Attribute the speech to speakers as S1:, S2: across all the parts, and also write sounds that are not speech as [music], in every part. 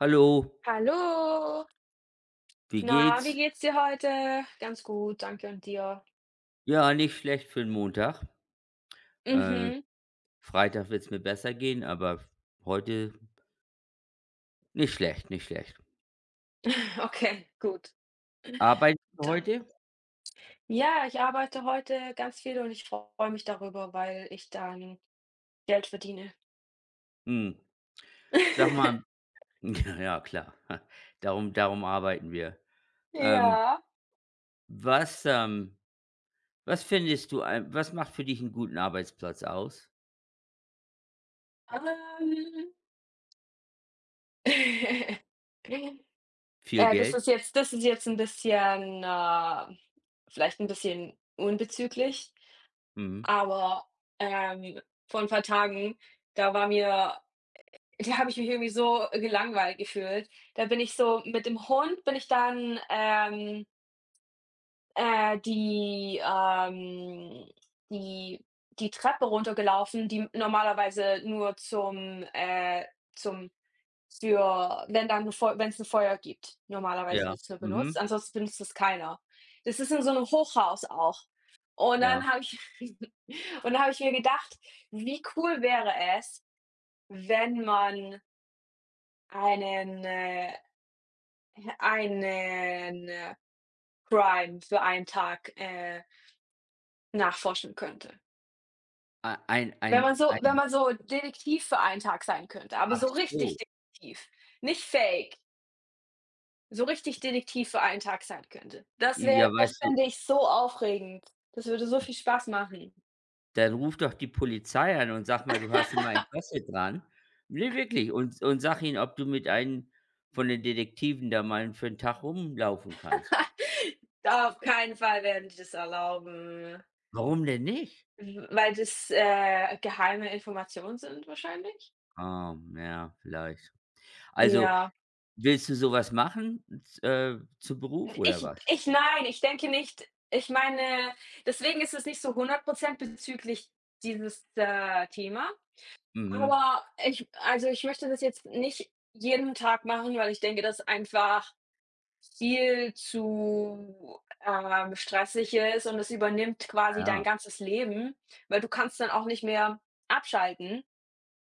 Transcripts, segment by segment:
S1: Hallo,
S2: Hallo,
S1: wie
S2: na, wie
S1: geht's?
S2: geht's dir heute? Ganz gut, danke und dir?
S1: Ja, nicht schlecht für den Montag. Äh,
S2: Mhm.
S1: Freitag wird es mir besser gehen, aber heute nicht schlecht, nicht schlecht.
S2: [laughs] Okay, gut,
S1: Arbeiten wir
S2: dann.
S1: heute?
S2: Ja, ich arbeite heute ganz viel und ich freue mich darüber, weil ich dann Geld verdiene.
S1: Hm, sag mal
S2: [laughs]
S1: [laughs] ja, ja, klar. [laughs] Darum arbeiten wir. Ähm,
S2: Ja,
S1: was, ähm was macht für dich einen guten Arbeitsplatz aus?
S2: ähm. [laughs]
S1: Viel
S2: Äh, das
S1: Geld?
S2: ist jetzt das ist jetzt ein bisschen, vielleicht ein bisschen unbezüglich,
S1: Mhm.
S2: aber, ähm, vor ein paar Tagen, da war mir Da habe ich mich irgendwie so gelangweilt gefühlt. Da bin ich so mit dem Hund bin ich dannäh, die, ähm die die Treppe runtergelaufen, die normalerweise nur zum zum für wenn dann 'n Feu wenn's 'n Feuer gibt. Normalerweise
S1: Ja.
S2: wird's nur
S1: Mhm.
S2: benutzt, ansonsten benutzt es keiner. Das ist in so 'nem Hochhaus auch. Und dann
S1: Ja.
S2: habe ich [laughs] und dann habe ich mir gedacht: „Wie cool wäre es, wenn man" einen, äh einen Crime für einen Tag, nachforschen könnte.
S1: Ei
S2: Wenn man so wenn
S1: ein
S2: man so Detektiv für einen Tag sein könnte, aber
S1: Ach
S2: so
S1: so.
S2: richtig Detektiv, nicht fake, so richtig Detektiv für einen Tag sein könnte. Das
S1: Ja,
S2: wäre das
S1: weißt du.
S2: fände ich so aufregend. Das würde so viel Spaß machen.
S1: Dann ruf doch die Polizei an und sag mal, du hast da mal Interesse dran. Ne, wirklich. Und sag ihnen, ob du mit einem von den Detektiven da mal für einen Tag rumlaufen kannst.
S2: [laughs] Da Auf keinen Fall werden die das erlauben,
S1: Warum denn nicht?
S2: w weil das, geheime Informationen sind wahrscheinlich?
S1: Ah, ja, vielleicht. Also,
S2: Ja.
S1: willst du sowas machen, z zu Beruf oder
S2: Ich
S1: was?
S2: ich nein, ich denke nicht. Ich meine, deswegen ist es nicht so 100% bezüglich dieses, Thema.
S1: Mhm,
S2: Aber ich also, ich möchte das jetzt nicht jeden Tag machen, weil ich denke, dass einfach viel zu stressig ist und es übernimmt quasi dein
S1: ja,
S2: ganzes Leben, weil du kannst dann auch nicht mehr abschalten.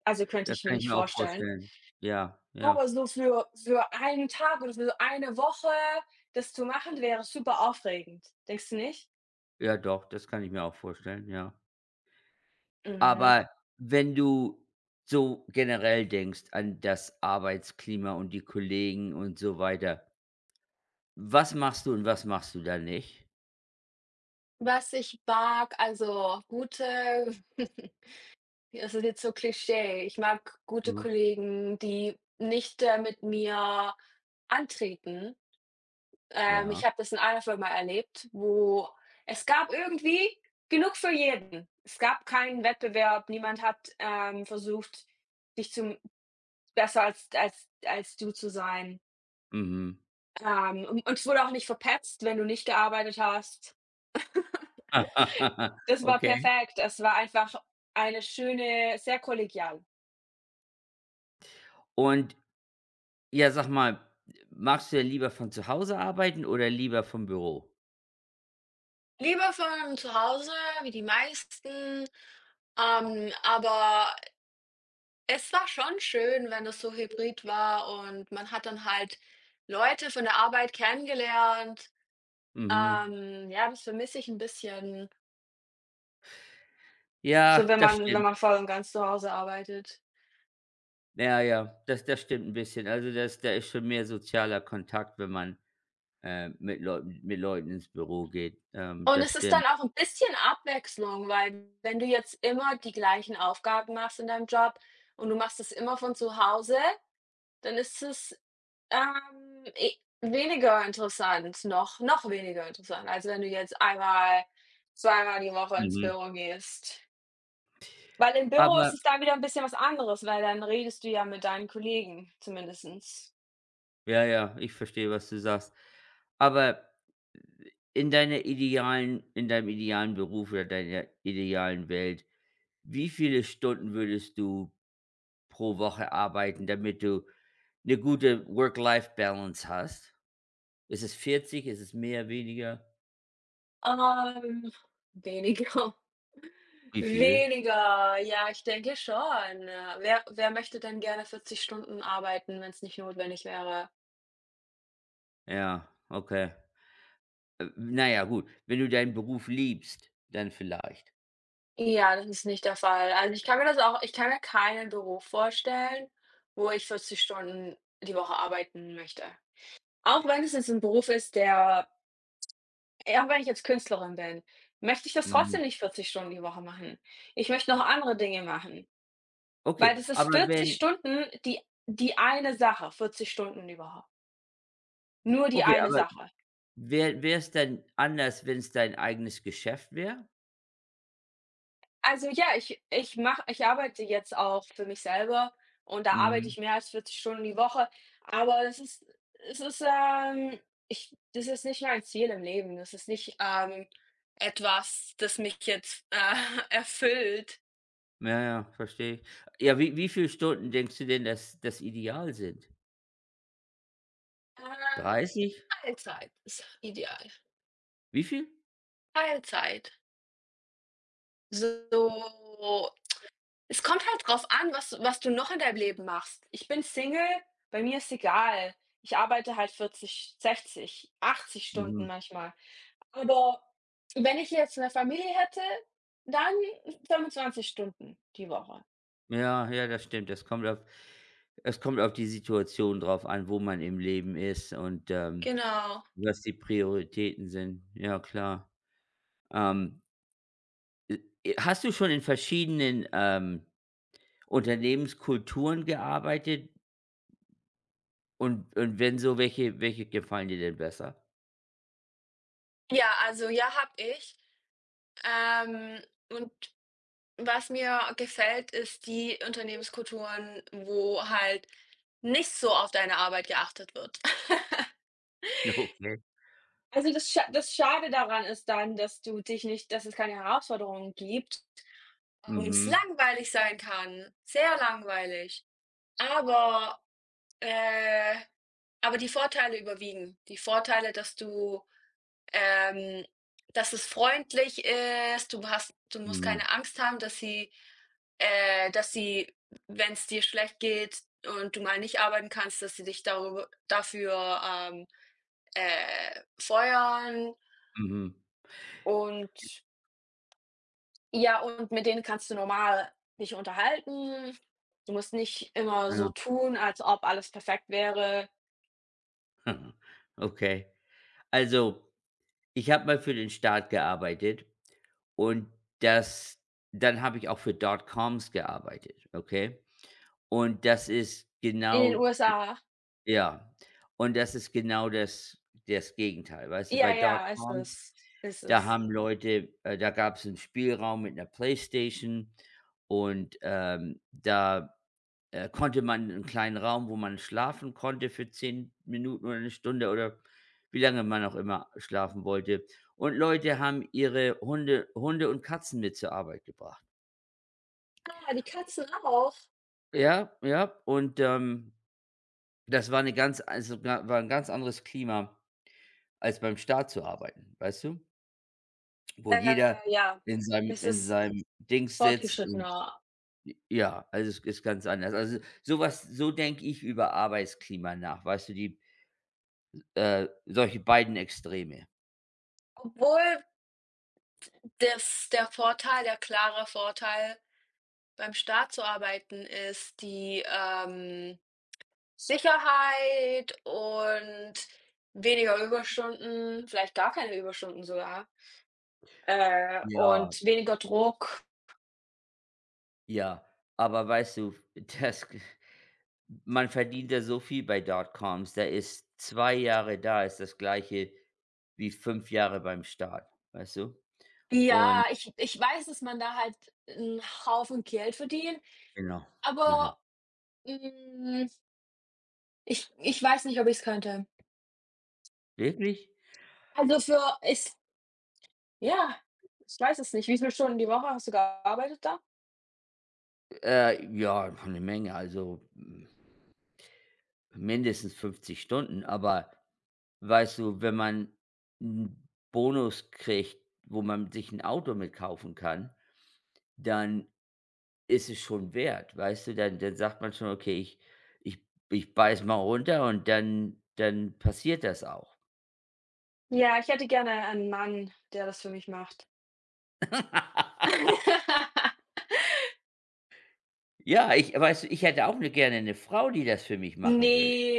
S2: Also, könnte
S1: das
S2: ich mir
S1: kann ich
S2: nicht
S1: mir auch
S2: vorstellen.
S1: vorstellen. Ja, ja.
S2: Aber so für einen Tag oder für so eine Woche das zu machen, wäre super aufregend. Denkst du nicht?
S1: Ja doch, das kann ich mir auch vorstellen, ja.
S2: Mhm.
S1: Aber wenn du so generell denkst an das Arbeitsklima und die Kollegen und so weiter, was machst du und was machst du da nicht?
S2: Was ich mag, also gute [laughs] es ist jetzt so Klischee. Ich mag gute
S1: Mhm.
S2: Kollegen, die nicht, mit mir antreten.
S1: Ja,
S2: Ich habe das in einer Firma erlebt, wo es gab irgendwie genug für jeden. Es gab keinen Wettbewerb, niemand hat, versucht, dich zu Besser als du zu sein.
S1: mhm.
S2: Un und es wurde auch nicht verpetzt, wenn du nicht gearbeitet hast.
S1: [laughs]
S2: Das war
S1: Okay.
S2: perfekt. Es war einfach eine schöne sehr kollegial.
S1: Und ja, sag mal, magst du ja lieber von zu Hause arbeiten oder lieber vom Büro?
S2: Lieber von zu Hause, wie die meisten, aber es war schon schön, wenn das so hybrid war und man hat dann halt Leute von der Arbeit kennengelernt.
S1: Mhm.
S2: Ja, das vermisse ich ein bisschen. So,
S1: Ja,
S2: wenn
S1: das
S2: man wenn
S1: stimmt.
S2: man voll und ganz zu Hause arbeitet.
S1: Ja, ja, das stimmt ein bisschen. Also, das da ist schon mehr sozialer Kontakt, wenn man, mit Leuten ins Büro geht.
S2: Und
S1: Das
S2: es ist
S1: stimmt.
S2: dann auch ein bisschen Abwechslung, weil wenn du jetzt immer die gleichen Aufgaben machst in deinem Job und du machst es immer von zu Hause, dann ist es, e weniger interessant, noch weniger interessant, als wenn du jetzt einmal zweimal die Woche ins
S1: Mhm.
S2: Büro gehst. Weil im Büro
S1: Aber
S2: ist es dann wieder ein bisschen was anderes, weil dann redest du ja mit deinen Kollegen zumindestens.
S1: ja, ja, ich verstehe, was du sagst. Aber in deinem idealen Beruf oder deiner idealen Welt, wie viele Stunden würdest du pro Woche arbeiten, damit du eine gute Work-Life-Balance hast? Ist es mehr, weniger?
S2: Ähm, Weniger.
S1: Wie viel?
S2: Weniger, ja, ich denke schon. Wer möchte denn gerne 40 Stunden arbeiten, wenn es nicht notwendig wäre?
S1: Ja, okay. Na ja, gut, wenn du deinen Beruf liebst, dann vielleicht.
S2: Ja, das ist nicht der Fall. Also, ich kann mir keinen Beruf vorstellen, wo ich 40 Stunden die Woche arbeiten möchte. Auch wenn es jetzt ein Beruf ist, der auch wenn ich jetzt Künstlerin bin, möchte ich das
S1: Mhm.
S2: trotzdem nicht 40 Stunden die Woche machen. Ich möchte noch andere Dinge machen, weil
S1: Okay,
S2: das ist
S1: aber
S2: 40
S1: wenn
S2: Stunden die eine Sache, 40 Stunden die Woche. Nur die
S1: Okay,
S2: eine
S1: aber
S2: Sache.
S1: wär's dann anders, wenn es dein eigenes Geschäft wäre?
S2: Also ja, ich arbeite jetzt auch für mich selber und da arbeite
S1: Mhm.
S2: ich mehr als 40 Stunden die Woche, aber das ist es ist, ich das ist nicht mein Ziel im Leben. Das ist nicht, etwas, das mich jetzt, [laughs] erfüllt.
S1: Ja, ja, verstehe ich. Ja, wie viel Stunden denkst du denn, dass das ideal sind?
S2: Ähm,
S1: 30?
S2: Teilzeit ist ideal.
S1: Wie viel?
S2: Teilzeit. So Es kommt halt drauf an, was du noch in deinem Leben machst. Ich bin Single, bei mir ist egal. Ich arbeite halt 40, 60, 80 Stunden
S1: Mhm.
S2: manchmal. Aber wenn ich jetzt eine Familie hätte, dann 25 Stunden die Woche.
S1: Ja, ja, das stimmt. Das kommt auf Es kommt auf die Situation drauf an, wo man im Leben ist und,
S2: Genau.
S1: was die Prioritäten sind. Ja, klar. Ähm, äh, Hast du schon in verschiedenen, Unternehmenskulturen gearbeitet? Und wenn so, welche gefallen dir denn besser?
S2: Ja, also ja, habe ich. Ähm, und was mir gefällt, ist die Unternehmenskulturen, wo halt nicht so auf deine Arbeit geachtet wird.
S1: [laughs] Okay.
S2: Also, das Schade daran ist dann, dass du dich nicht dass es keine Herausforderungen gibt und es
S1: Mhm,
S2: langweilig sein kann, sehr langweilig. Aber, äh aber die Vorteile überwiegen. Die Vorteile, ähm, dass es freundlich ist, du musst
S1: mhm,
S2: keine Angst haben, dass sie, wenn es dir schlecht geht und du mal nicht arbeiten kannst, dass sie dich darüber dafür, feuern
S1: mhm,
S2: und ja, und mit denen kannst du normal dich unterhalten. Du musst nicht immer
S1: ja.
S2: so tun, als ob alles perfekt wäre.
S1: [laughs] Aha. Okay. Also, ich habe mal für den Staat gearbeitet und das dann habe ich auch für Dotcoms gearbeitet, okay? Und das ist
S2: In den
S1: genau
S2: USA,
S1: Ja. Und das ist genau das Gegenteil, weißt du? Bei
S2: ja, ja, ist
S1: Dotcoms,
S2: es, ist
S1: da
S2: es.
S1: haben Leute da gab es einen Spielraum mit einer Playstation und, da konnte man einen kleinen Raum, wo man schlafen konnte für 10 Minuten oder eine Stunde oder wie lange man auch immer schlafen wollte. Und Leute haben ihre Hunde und Katzen mit zur Arbeit gebracht.
S2: Ah, die Katzen auch?
S1: Ja, ja, und, das war eine ganz also, ga war ein ganz anderes Klima, als beim Staat zu arbeiten, weißt du? Wo
S2: Äh,
S1: jeder
S2: ja, es
S1: in
S2: ist
S1: seinem Dings sitzt und
S2: fortgeschrittener.
S1: ja, also, es ist ganz anders. Also, sowas, so denke ich über Arbeitsklima nach, weißt du? Die Solche beiden Extreme.
S2: Obwohl das der Vorteil, der klare Vorteil, beim Staat zu arbeiten, ist die, Sicherheit und weniger Überstunden, vielleicht gar keine Überstunden sogar. Äh,
S1: Ja,
S2: und weniger Druck.
S1: ja. Aber weißt du, [laughs] das man verdient da so viel bei Dotcoms, da ist 2 Jahre da, ist das Gleiche wie 5 Jahre beim Staat, weißt du? Und
S2: Ja, ich weiß, dass man da halt 'n Haufen Geld verdient,
S1: genau. Mhm.
S2: aber, hm, ich weiß nicht, ob ich es könnte.
S1: Wirklich?
S2: Also, für es ja, ich weiß es nicht. Wie viele Stunden die Woche hast du gearbeitet da?
S1: Ja, eine Menge, also, mindestens 50 Stunden, aber weißt du, wenn man 'n Bonus kriegt, wo man sich ein Auto mit kaufen kann, dann ist es schon wert, weißt du? Dann sagt man schon: „Okay, ich beiße mal runter und dann passiert das auch."
S2: Ja, ich hätte gerne einen Mann, der das für mich macht.
S1: [laughs]
S2: [laughs]
S1: Ja, ich weißt du, ich hätte auch gerne eine Frau, die das für mich machen würde.
S2: Ne,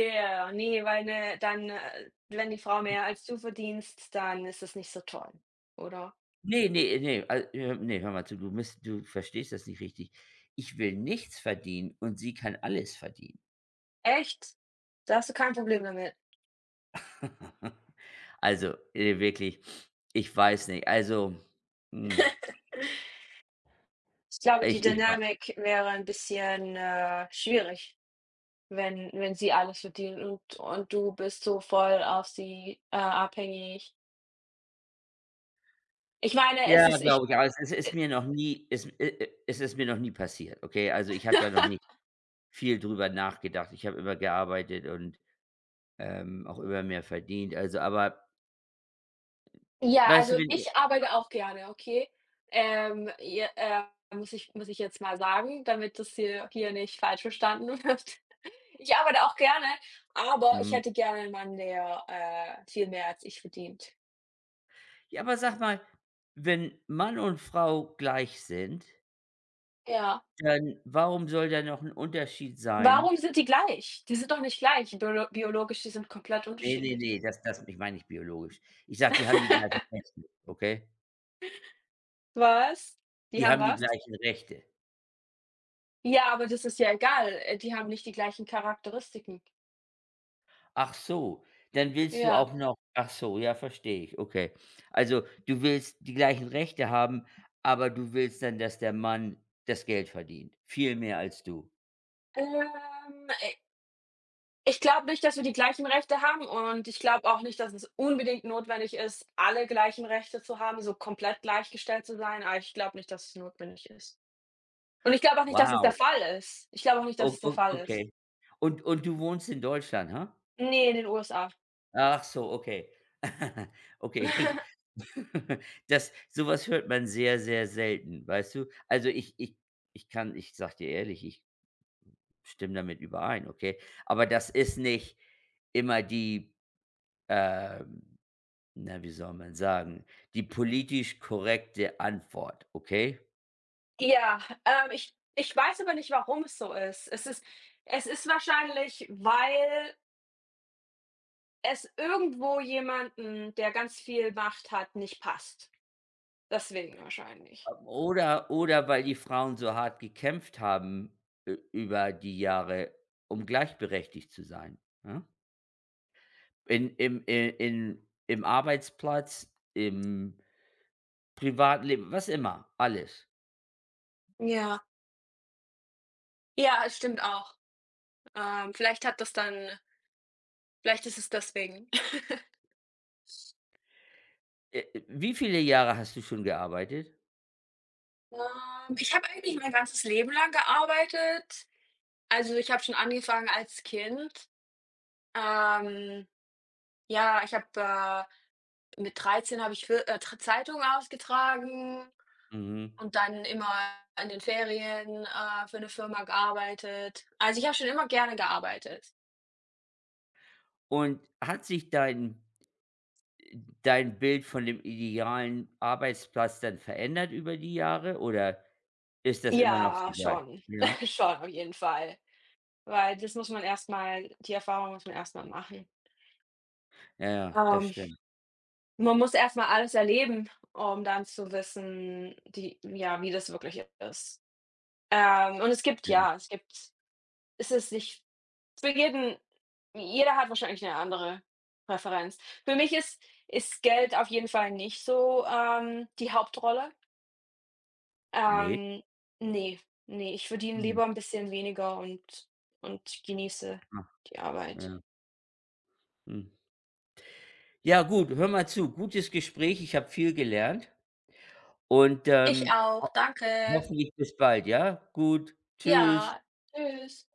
S2: ne, weil, ne, dann, wenn die Frau mehr als du verdienst, dann ist das nicht so toll, oder?
S1: Ne, ne, ne, hör mal zu, du verstehst das nicht richtig. Ich will nichts verdienen und sie kann alles verdienen.
S2: Echt? Da hast du kein Problem damit?
S1: [laughs] Also, wirklich, ich weiß nicht. Also, hm,
S2: Ich glaube, die
S1: ich ich
S2: Dynamik wäre ein bisschen, schwierig, wenn sie alles verdient und du bist so voll auf sie, abhängig. Ich meine, es
S1: ja,
S2: ist ich
S1: glaube ich, aber es
S2: äh,
S1: ist mir noch nie es i es ist mir noch nie passiert, okay? Also, ich habe da noch nicht viel drüber nachgedacht. Ich habe immer gearbeitet und, auch immer mehr verdient. Also, aber
S2: ja,
S1: weißt
S2: also,
S1: du, wenn i
S2: ich arbeite auch gerne, okay? Je muss ich jetzt mal sagen, damit das hier nicht falsch verstanden wird. [laughs] Ich arbeite auch gerne, aber ich
S1: mhm.
S2: hätte gerne einen Mann, der, viel mehr als ich verdient.
S1: Ja, aber sag mal, wenn Mann und Frau gleich sind,
S2: Ja.
S1: dann warum soll da noch 'n Unterschied sein?
S2: Warum sind die gleich? Die sind doch nicht gleich, biologisch, die sind komplett
S1: Ne, ne,
S2: unterschiedlich.
S1: ne, das das ich meine nicht biologisch. Ich sage, die haben die gleichen
S2: [laughs]
S1: Rechte, okay?
S2: Was? Die
S1: Die
S2: haben
S1: haben die
S2: was?
S1: gleichen Rechte.
S2: Ja, aber das ist ja egal. Die haben nicht die gleichen Charakteristiken.
S1: Ach so, dann willst du
S2: Ja.
S1: auch noch ach so, ja, verstehe ich, okay. Also, du willst die gleichen Rechte haben, aber du willst dann, dass der Mann das Geld verdient, viel mehr als du.
S2: Ähm, äh, ich glaube nicht, dass wir die gleichen Rechte haben und ich glaube auch nicht, dass es unbedingt notwendig ist, alle gleichen Rechte zu haben, so komplett gleichgestellt zu sein, aber ich glaube nicht, dass es notwendig ist. Und ich glaube auch nicht, dass es der
S1: Wow,
S2: Fall ist. Ich glaube auch nicht,
S1: o
S2: dass es der
S1: o
S2: Fall ist.
S1: okay. Und du wohnst in Deutschland, ha?
S2: Ne, in den USA.
S1: Ach so, okay. [laughs] Okay.
S2: [laughs]
S1: [laughs] Das Sowas hört man sehr, sehr selten, weißt du? Also, ich sage dir ehrlich, ich stimme damit überein, okay? Aber das ist nicht immer die ähm, na, wie soll man sagen, die politisch korrekte Antwort, okay?
S2: Ja, ich weiß aber nicht, warum es so ist. Es ist wahrscheinlich, weil es irgendwo jemanden, der ganz viel Macht hat, nicht passt. Deswegen wahrscheinlich.
S1: Oder weil die Frauen so hart gekämpft haben, ü über die Jahre, um gleichberechtigt zu sein, ne? In im i in im Arbeitsplatz, im Privatleben, was immer, alles.
S2: Ja. Ja, es stimmt auch. Vielleicht hat das dann vielleicht ist es deswegen.
S1: Wie viele Jahre hast du schon gearbeitet?
S2: Ich habe eigentlich mein ganzes Leben lang gearbeitet. Also, ich habe schon angefangen als Kind. Ähm, ja, äh mit 13 habe ich für Zeitungen ausgetragen.
S1: Mhm.
S2: Und dann immer in den Ferien, für eine Firma gearbeitet. Also, ich habe schon immer gerne gearbeitet.
S1: Und hat sich dein Bild von dem idealen Arbeitsplatz dann verändert über die Jahre oder ist das immer noch so
S2: Ja,
S1: weit?
S2: schon.
S1: Ja,
S2: [laughs] Schon, auf jeden Fall. Weil das muss man erstmal, die Erfahrung muss man erstmal machen.
S1: ja, ja, das
S2: Ähm,
S1: stimmt.
S2: Man muss erstmal alles erleben, um dann zu wissen, die ja, wie das wirklich ist. Und es gibt ja, es
S1: [unintelligible]
S2: gibt es ist nicht Für jeden jeder hat wahrscheinlich eine andere Präferenz. Für mich ist Geld auf jeden Fall nicht so, die Hauptrolle.
S1: Ne.
S2: Ähm, ne, ne, ich verdiene
S1: Mhm.
S2: lieber ein bisschen weniger und genieße
S1: Ah,
S2: die Arbeit.
S1: ja, mhm. Ja gut, hör mal zu, gutes Gespräch. Ich habe viel gelernt und,
S2: Ich
S1: ho
S2: auch, danke.
S1: hoffentlich bis bald, ja? Gut, tschüss.
S2: Ja. Tschüss.